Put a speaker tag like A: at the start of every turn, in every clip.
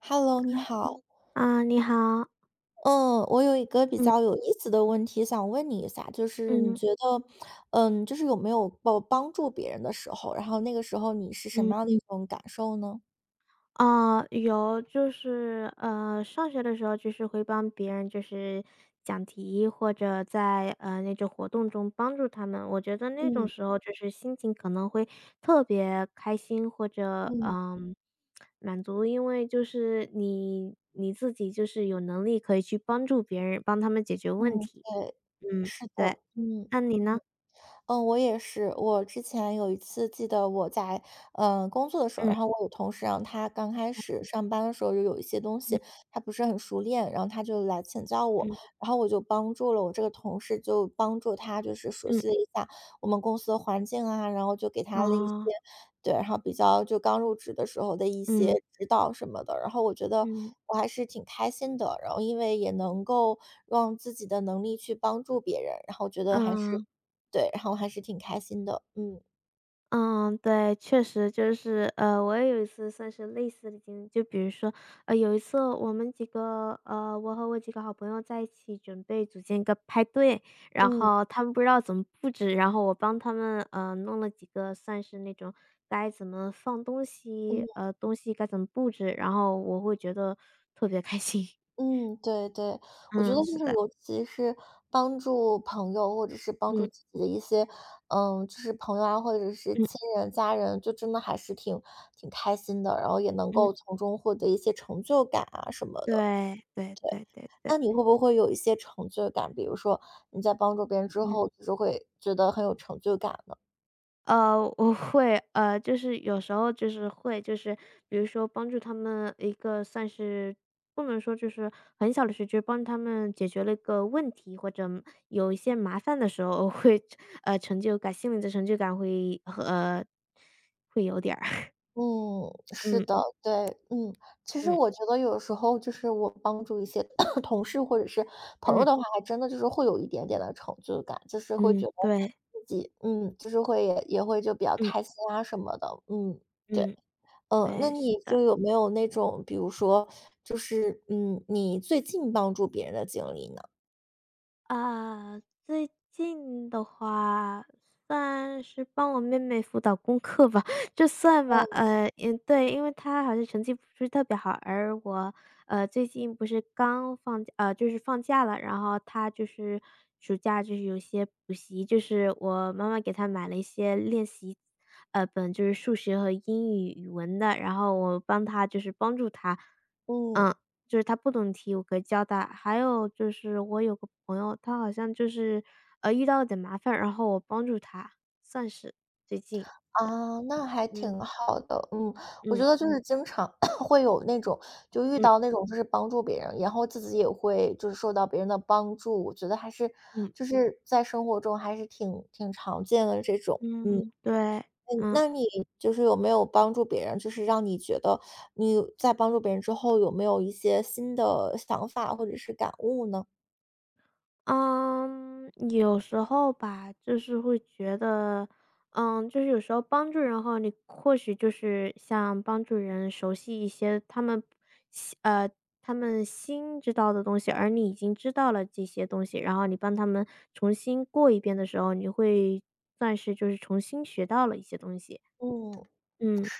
A: Hello，你好。
B: 啊，你好。
A: 嗯，我有一个比较
B: 嗯，
A: 有意思的问题想问你一下，就是你
B: 嗯，
A: 觉得，就是有没有帮助别人的时候，然后那个时候你是什
B: 嗯。
A: 么样的一种感受呢？
B: 哦，有。就是上学的时候就是会帮别人，就是讲题，或者在那种活动中帮助他们。我觉得那种
A: 嗯
B: 时候就是心情可能会特别开心，或者
A: 嗯
B: 满足，因为就是你自己就是有能力可以去帮助别人，帮他们解决问
A: 嗯，
B: 题。
A: 对，
B: 嗯，
A: 是
B: 对。
A: 的，嗯。
B: 那你呢？
A: 嗯，我也是。我之前有一次记得我在，工作的时候，然后
B: 嗯，
A: 我有同事让他刚开始上班的时候，就有一些东
B: 嗯，
A: 西他不是很熟练，然后他就来请教我，
B: 嗯，
A: 然后我就帮助了我这个同事，就帮助他就是熟
B: 嗯，
A: 悉了一下我们公司的环境啊，然后就给他了一些
B: 哦，
A: 对，然后比较就刚入职的时候的一些
B: 嗯，
A: 指导什么的，然后我觉得
B: 嗯。
A: 我还是挺开心的，然后因为也能够让自己的能力去帮助别人，然后觉得还是
B: 嗯，
A: 对，然后还是挺开心的，嗯。
B: 嗯，对，确实就是，我也有一次算是类似的经历，就比如说，有一次我们几个，我和我几个好朋友在一起准备组建一个派对，然
A: 嗯
B: 后他们不知道怎么布置，然后我帮他们，弄了几个算是那种该怎么放东
A: 嗯
B: 西，东西该怎么布置，然后我会觉得特别开心。
A: 嗯，对对，我觉得
B: 嗯，
A: 就
B: 是
A: 是
B: 的。
A: 尤其是帮助朋友或者是帮助
B: 嗯，
A: 自己的一些，就是朋友啊，或者是
B: 嗯，
A: 亲人、家人，就真的还是挺开心的，然后也能
B: 嗯。
A: 够从中获得一些成就感啊什么的。
B: 对对对对对。
A: 那你会不会有一些成就感？比如说你在帮助别人之
B: 嗯。
A: 后，就是会觉得很有成就感呢？
B: 我会，就是有时候就是会，就是比如说帮助他们一个算是，不能说就是很小的事，就是帮他们解决了一个问题，或者有一些麻烦的时候，我会， 成就感，心里的成就感会有点儿。
A: 嗯，是
B: 嗯，
A: 的，对，嗯，其实
B: 嗯，
A: 我觉得有时候就是我帮助一些 同事或者是朋友
B: 嗯，
A: 的话，还真的就是会有一点点的成就感，就是会觉
B: 嗯，
A: 得
B: 对。
A: 自己，就是会也会就比较开心
B: 嗯，
A: 啊什么的，对，
B: 嗯，
A: 那
B: 对，是
A: 你
B: 的。
A: 就有没有那种，比如说，就是你最近帮助别人的经历呢？
B: 啊，最近的话，算是帮我妹妹辅导功课吧，就算吧。
A: 嗯
B: 也对，因为她好像成绩不是特别好，而我，最近不是刚放假，就是放假了，然后她就是暑假就是有些补习，就是我妈妈给她买了一些练习，本就是数学和英语、语文的，然后我帮她就是帮助她。
A: 嗯。
B: 嗯。就是他不懂题，我可以教他。还有就是我有个朋友，他好像就是，遇到了点麻烦，然后我帮助他，算是最近。
A: 啊，那还
B: 嗯，
A: 挺好的，我觉
B: 嗯，
A: 得就是经常 会有那种，就遇
B: 嗯，
A: 到那种就是帮助别人，然后自己也会就是受到别人的帮助，我觉得还是
B: 嗯，
A: 就是在生活中还是挺常见的这种，
B: 嗯，对。
A: 那
B: 嗯。
A: 那你就是有没有帮助别人，就是让你觉得你在帮助别人之后有没有一些新的想法或者是感悟呢？
B: 嗯，有时候吧，就是会觉得，嗯，就是有时候帮助人后，你或许就是像帮助人熟悉一些新呃，他们新知道的东西，而你已经知道了这些东西，然后你帮他们重新过一遍的时候，你会算是就是重新学到了一些东西。
A: 嗯
B: 嗯，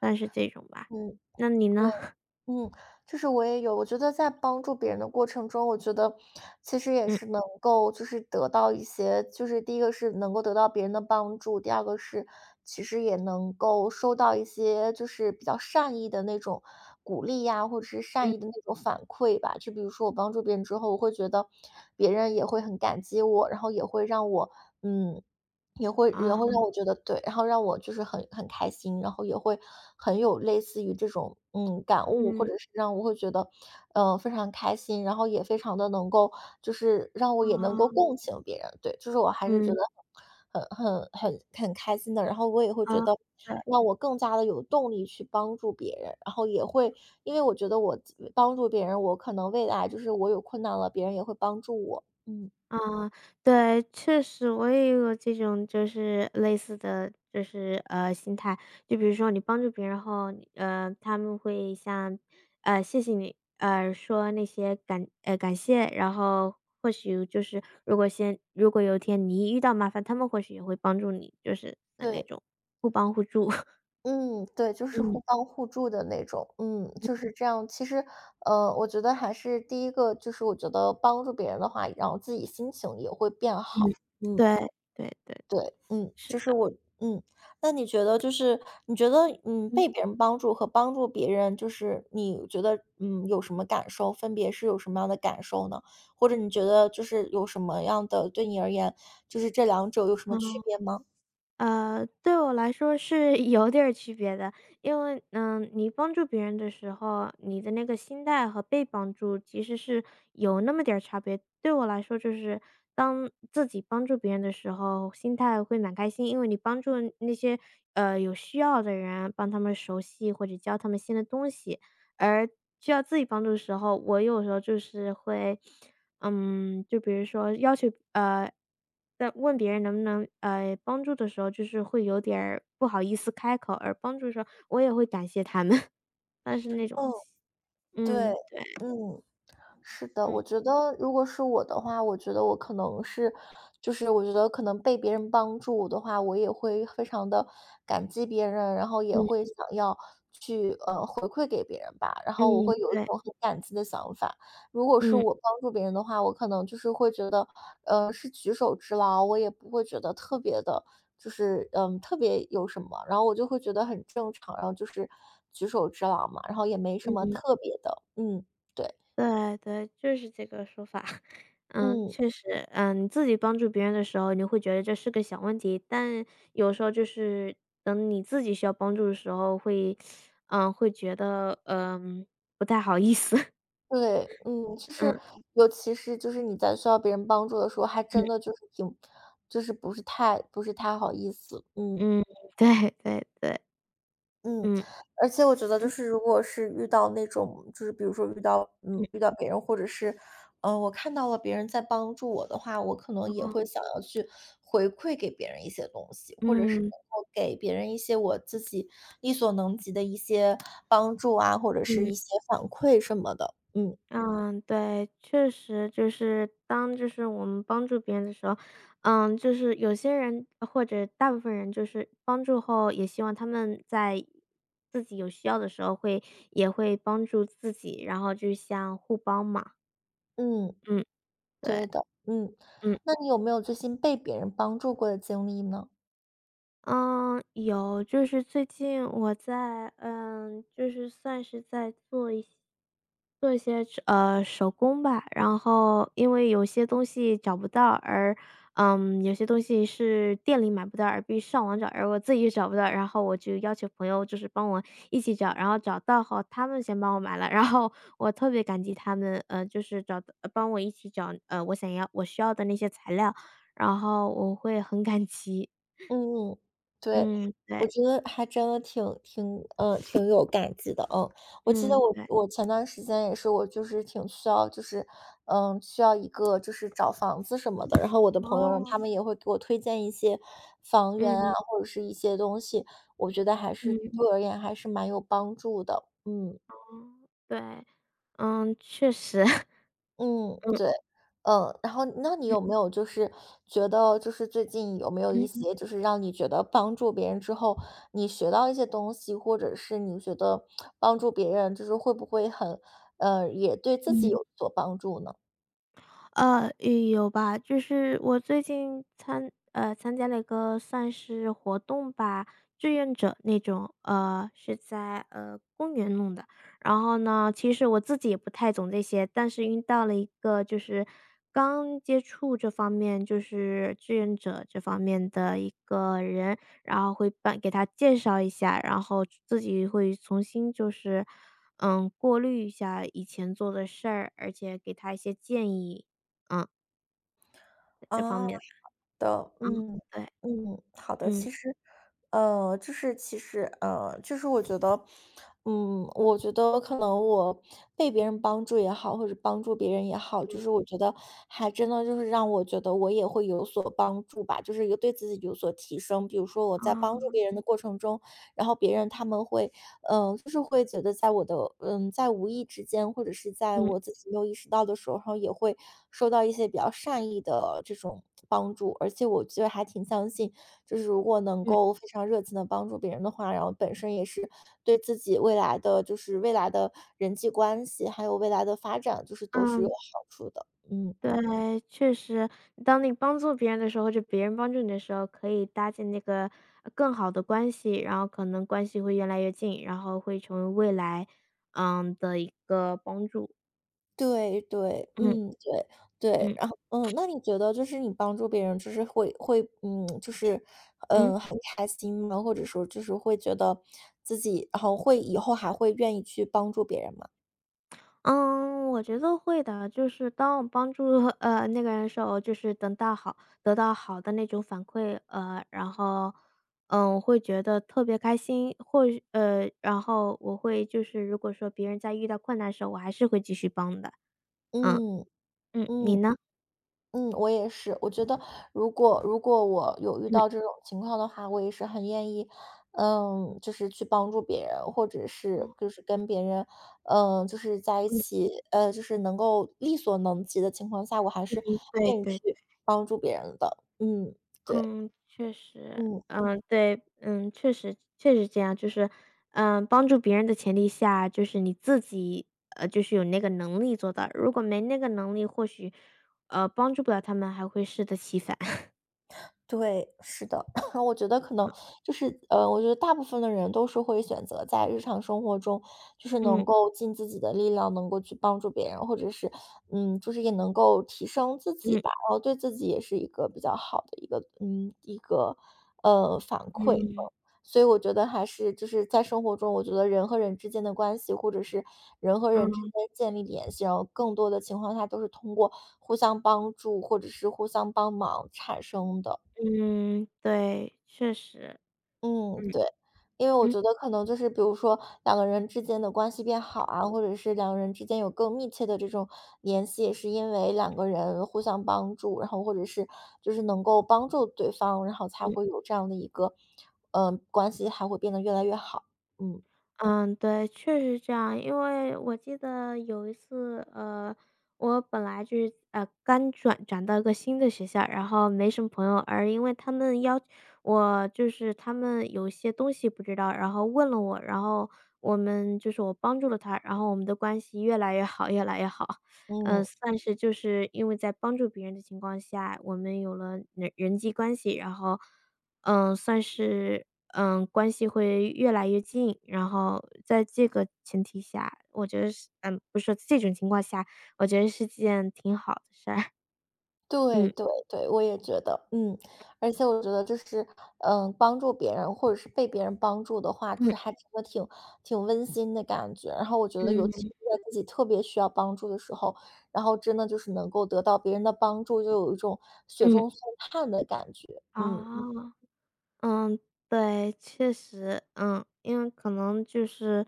B: 算是这种吧。
A: 嗯。
B: 那你呢？
A: 嗯，就是我也有，我觉得在帮助别人的过程中，我觉得其实也
B: 嗯，
A: 是能够就是得到一些，就是第一个是能够得到别人的帮助，第二个是其实也能够收到一些就是比较善意的那种鼓励呀，或者是善
B: 嗯，
A: 意的那种反馈吧。就比如说我帮助别人之后，我会觉得别人也会很感激我，然后也会让我嗯。也会也
B: 啊，
A: 会让我觉得对，然后让我就是很开心，然后也会很有类似于这种感悟，或
B: 嗯，
A: 者是让我会觉得，非常开心，然后也非常的能够，就是让我
B: 啊，
A: 也能够共情别人，对，就是我还是觉
B: 嗯，
A: 得很开心的，然后我也会
B: 啊，
A: 觉得
B: 对。
A: 让我更加的有动力去帮助别人，然后也会因为我觉得我帮助别人，我可能未来就是我有困难了，别人也会帮助我，嗯，
B: 嗯，对，确实我也有这种就是类似的，就是心态。就比如说你帮助别人后，他们会像谢谢你，说那些感谢，然后或许就是如果有一天你遇到麻烦，他们或许也会帮助你，就是的那
A: 对。
B: 种互帮互助。
A: 嗯，对，就是互
B: 嗯，
A: 帮互助的那种，就是这样。其实，我觉得还是第一个，就是我觉得帮助别人的话，然后自己心情也会变
B: 嗯。
A: 好。嗯，
B: 对对对，
A: 对，
B: 是
A: 就是
B: 的。
A: 我，嗯，那你觉得，就是你觉得，
B: 嗯。
A: 被别人帮助和帮助别人，就是你觉得，有什么感受？分别是有什么样的感受呢？或者你觉得，就是有什么样的，对你而言，就是这两者有什么区
B: 啊。
A: 别吗？
B: 对我来说是， 有点儿区别的，因为你帮助别人的时候，你的那个心态和被帮助其实是有那么点儿差别。对我来说，就是当自己帮助别人的时候，心态会蛮开心，因为你帮助那些有需要的人，帮他们熟悉或者教他们新的东西，而需要自己帮助的时候，我有时候就是会。嗯，就比如说要求在问别人能不能，帮助的时候，就是会有点儿不好意思开口，而帮助的时候，我也会感谢他们。但是那种，
A: 嗯，对，
B: 嗯，对，
A: 嗯。是的，
B: 嗯，
A: 我觉得如果是我的话，我觉得我可能是，就是我觉得可能被别人帮助的话，我也会非常的感激别人，然后也
B: 嗯，
A: 会想要去回馈给别人吧，然后我
B: 嗯，
A: 会有一
B: 对，
A: 种很感激的想法。如果是
B: 嗯，
A: 我帮助别人的话，我可能就是会觉得，是举手之劳，我也不会觉得特别的，就是特别有什么，然后我就会觉得很正常，然后就是举手之劳嘛，然后也没什么
B: 嗯，
A: 特别的，对，
B: 对，对，就是这个说法。嗯，
A: 嗯。
B: 确实。嗯，你自己帮助别人的时候，你会觉得这是个小问题，但有时候就是等你自己需要帮助的时候会，会觉得，不太好意思。
A: 对，就是
B: 嗯。
A: 尤其是就是你在需要别人帮助的时候，还
B: 嗯，
A: 真的就是挺，就是不是太好意思，嗯
B: 嗯，对对对。
A: 嗯，
B: 嗯，
A: 而且我觉得就
B: 嗯，
A: 是如果是遇到那种就是比如说遇到嗯
B: 嗯，
A: 遇到别人或者是，我看到了别人在帮助我的话，我可能也会想要去回馈给别人一些东西，或者是
B: 嗯，
A: 能够给别人一些我自己力所能及的一些帮助啊，或者是
B: 嗯，
A: 一些反馈什么的，嗯
B: 嗯，对。确实就是当就是我们帮助别人的时候，嗯，就是有些人或者大部分人就是帮助后，也希望他们在自己有需要的时候也会帮助自己，然后就像互帮嘛。
A: 嗯。
B: 嗯，对。
A: 对的，嗯。
B: 嗯。
A: 那你有没有最近被别人帮助过的经历呢？
B: 嗯，有。就是最近我在，嗯，就是算是在做一些手工吧，然后因为有些东西找不到，而有些东西是店里买不到，而必须上网找，而我自己找不到，然后我就要求朋友就是帮我一起找，然后找到后他们先帮我买了，然后我特别感激他们，就是找到帮我一起找，我需要的那些材料，然后我会很感激。
A: 嗯，对，
B: 嗯，
A: 我
B: 对。
A: 觉得还真的挺有感激的，嗯。我记得
B: 嗯，
A: 我
B: 对。
A: 我前段时间也是，我就是挺需要就是需要一个就是找房子什么的，然后我的朋友让
B: 哦。
A: 他们也会给我推荐一些房源啊，
B: 嗯，
A: 或者是一些东西，我觉得还是
B: 嗯。
A: 对我而言还是蛮有帮助的，嗯。
B: 哦。对。嗯，确实。
A: 嗯，
B: 嗯，
A: 对，然后那你
B: 嗯，
A: 有没有就是觉得，就是最近有没有一嗯
B: 嗯。
A: 些就是让你觉得帮助别人之后，你学到一些东西，或者是你觉得帮助别人，就是会不会很，也对自己
B: 嗯，
A: 有所帮助呢？
B: 也有吧，就是我最近参加了一个算是活动吧，志愿者那种，是在，公园弄的。然后呢，其实我自己也不太懂这些，但是遇到了一个就是刚接触这方面，就是志愿者这方面的一个人，然后会帮给他介绍一下，然后自己会重新就是，过滤一下以前做的事儿，而且给他一些建议。嗯，在这方
A: 啊。
B: 面的。
A: 的，
B: 嗯，
A: 嗯
B: 对，
A: 嗯，好的。
B: 嗯，
A: 其实，就是其实，就是我觉得，我觉得可能我被别人帮助也好，或者帮助别人也好，
B: 嗯，
A: 就是我觉得还真的就是让我觉得我也会有所帮助吧，就是一个对自己有所提升。比如说我在帮助
B: 啊，
A: 别人的过程中，然后别人他们会就是会觉得在我的在无意之间，或者是在
B: 嗯，
A: 我自己没有意识到的时候，然后也会收到一些比较善意的这种帮助。而且我觉得还挺相信，就是如果能
B: 嗯，
A: 够非常热情的帮助别人的话，然后本身也是对自己未来的，就是未来的人际关系，还有未来的发展，就是都是有
B: 嗯，
A: 好处的。嗯。
B: 对，确实。当你帮助别人的时候，或者别人帮助你的时候，可以搭建那个更好的关系，然后可能关系会越来越近，然后会成为未来，的一个帮助。
A: 对对，
B: 嗯，
A: 对对，
B: 嗯，
A: 然后那你觉得就是你帮助别人，就是会会嗯，就是
B: 嗯。
A: 嗯，很开心吗？或者说就是会觉得自己，然后会以后还会愿意去帮助别人吗？
B: 嗯，我觉得会的，就是当我帮助 那个人的时候，就是等到好得到好的那种反馈，然后我会觉得特别开心，或许然后我会就是如果说别人在遇到困难的时候，我还是会继续帮的。嗯，
A: 嗯
B: 嗯。你
A: 嗯。
B: 呢？
A: 嗯，我也是。我觉得如果我有遇
B: 嗯，
A: 到这种情况的话，我也是很愿意，就是去帮助别人，或者是就是跟别人，就是在一
B: 嗯，
A: 起，就是能够力所能及的情况下，我还是
B: 对
A: 愿意
B: 对。
A: 去帮助别人的。嗯，对，
B: 嗯，确实。
A: 嗯。
B: 嗯，对。嗯，确实确实这样。就是，嗯，帮助别人的前提下，就是你自己，就是有那个能力做到。如果没那个能力，或许，帮助不了他们，还会适得其反。
A: 对，是的，然后我觉得可能就是，我觉得大部分的人都是会选择在日常生活中，就是能
B: 嗯，
A: 够尽自己的力量，能够去帮助别人，或者是，就是也能够提升自己
B: 嗯，
A: 吧，然后对自己也是一个比较好的一个，一个，反馈。嗯
B: 嗯，
A: 所以我觉得还是就是在生活中，我觉得人和人之间的关系，或者是人和人之间
B: 嗯，
A: 建立联系，然后更多的情况下都是通过互相帮助或者是互相帮忙产生的。
B: 嗯，对，确实。
A: 嗯，
B: 嗯，
A: 对，因为我
B: 嗯，
A: 觉得可能就是比如说两个人之间的关系变好啊，或者是两个人之间有更密切的这种联系，也是因为两个人互相帮助，然后或者是就是能够帮助对方，然后才
B: 嗯。
A: 会有这样的一个，关系还会变得越来越好。嗯
B: 嗯，对，确实这样。因为我记得有一次，我本来就是，刚转到一个新的学校，然后没什么朋友，而因为他们要我，就是他们有些东西不知道，然后问了我，然后我们就是我帮助了他，然后我们的关系越来越好，越来越好。嗯，
A: 嗯。
B: 算是就是因为在帮助别人的情况下，我们有了人际关系，然后算是，关系会越来越近。然后在这个前提下，我觉得是，不是说这种情况下，我觉得是件挺好的事儿。
A: 对
B: 嗯，
A: 对对，我也觉得，而且我觉得就是，帮助别人或者是被别人帮助的话，就是还
B: 嗯，
A: 真的挺温馨的感觉。然后我觉得，尤其是
B: 嗯，
A: 在自己特别需要帮助的时候，然后真的就是能够得到别人的帮助，就有一种雪
B: 嗯。
A: 中送炭的感觉。嗯。
B: 哦。嗯，对，确实。嗯，因为可能就是，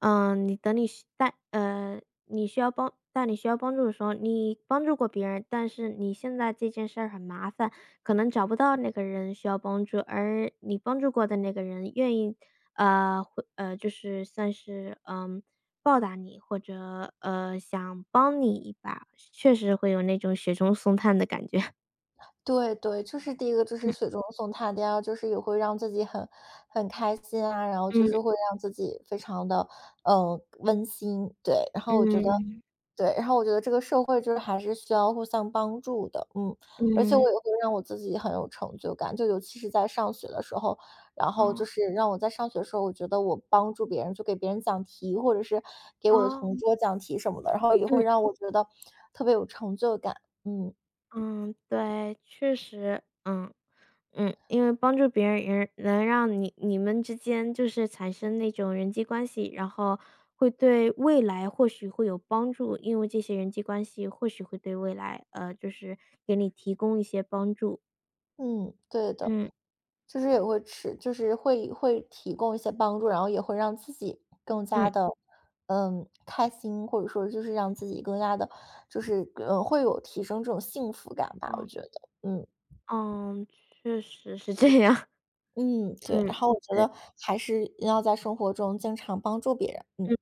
B: 你等你需带呃，你需要帮在你需要帮助的时候，你帮助过别人，但是你现在这件事儿很麻烦，可能找不到那个人需要帮助，而你帮助过的那个人愿意，会就是算是报答你，或者想帮你一把，确实会有那种雪中送炭的感觉。
A: 对对，就是第一个就是雪 中送炭，第二个就是也会让自己很开心啊，然后就
B: 嗯，
A: 是会让自己非常的温馨，对。然后我觉得
B: 嗯，
A: 对，然后我觉得这个社会就是还是需要互相帮助的，嗯。而且
B: 嗯，
A: 我
B: 嗯。
A: 也会让我自己很有成就感，就尤其是在上学的时候，然后就
B: 哦，
A: 是让我在上学的时候，我觉得我帮助别人，就给别人讲题，或者是给我的
B: 哦。
A: 同桌讲题什么的，然后也会
B: 嗯，
A: 让我觉得特别有成就感，嗯，
B: 嗯，对，确实。嗯，嗯。因为帮助别人也能让你们之间就是产生那种人际关系，然后会对未来或许会有帮助，因为这些人际关系或许会对未来，就是给你提供一些帮助。
A: 嗯，对的。
B: 嗯，
A: 就是也会吃，就是会提供一些帮助，然后也会让自己更加
B: 嗯，
A: 的，开心，或者说就是让自己更加的，就是会有提升这种幸福感吧，我
B: 嗯，
A: 觉得，嗯
B: 嗯，确实是这样。
A: 嗯，对。
B: 嗯，
A: 然后我觉
B: 对。
A: 得还是要在生活中经常帮助别人，嗯。
B: 嗯。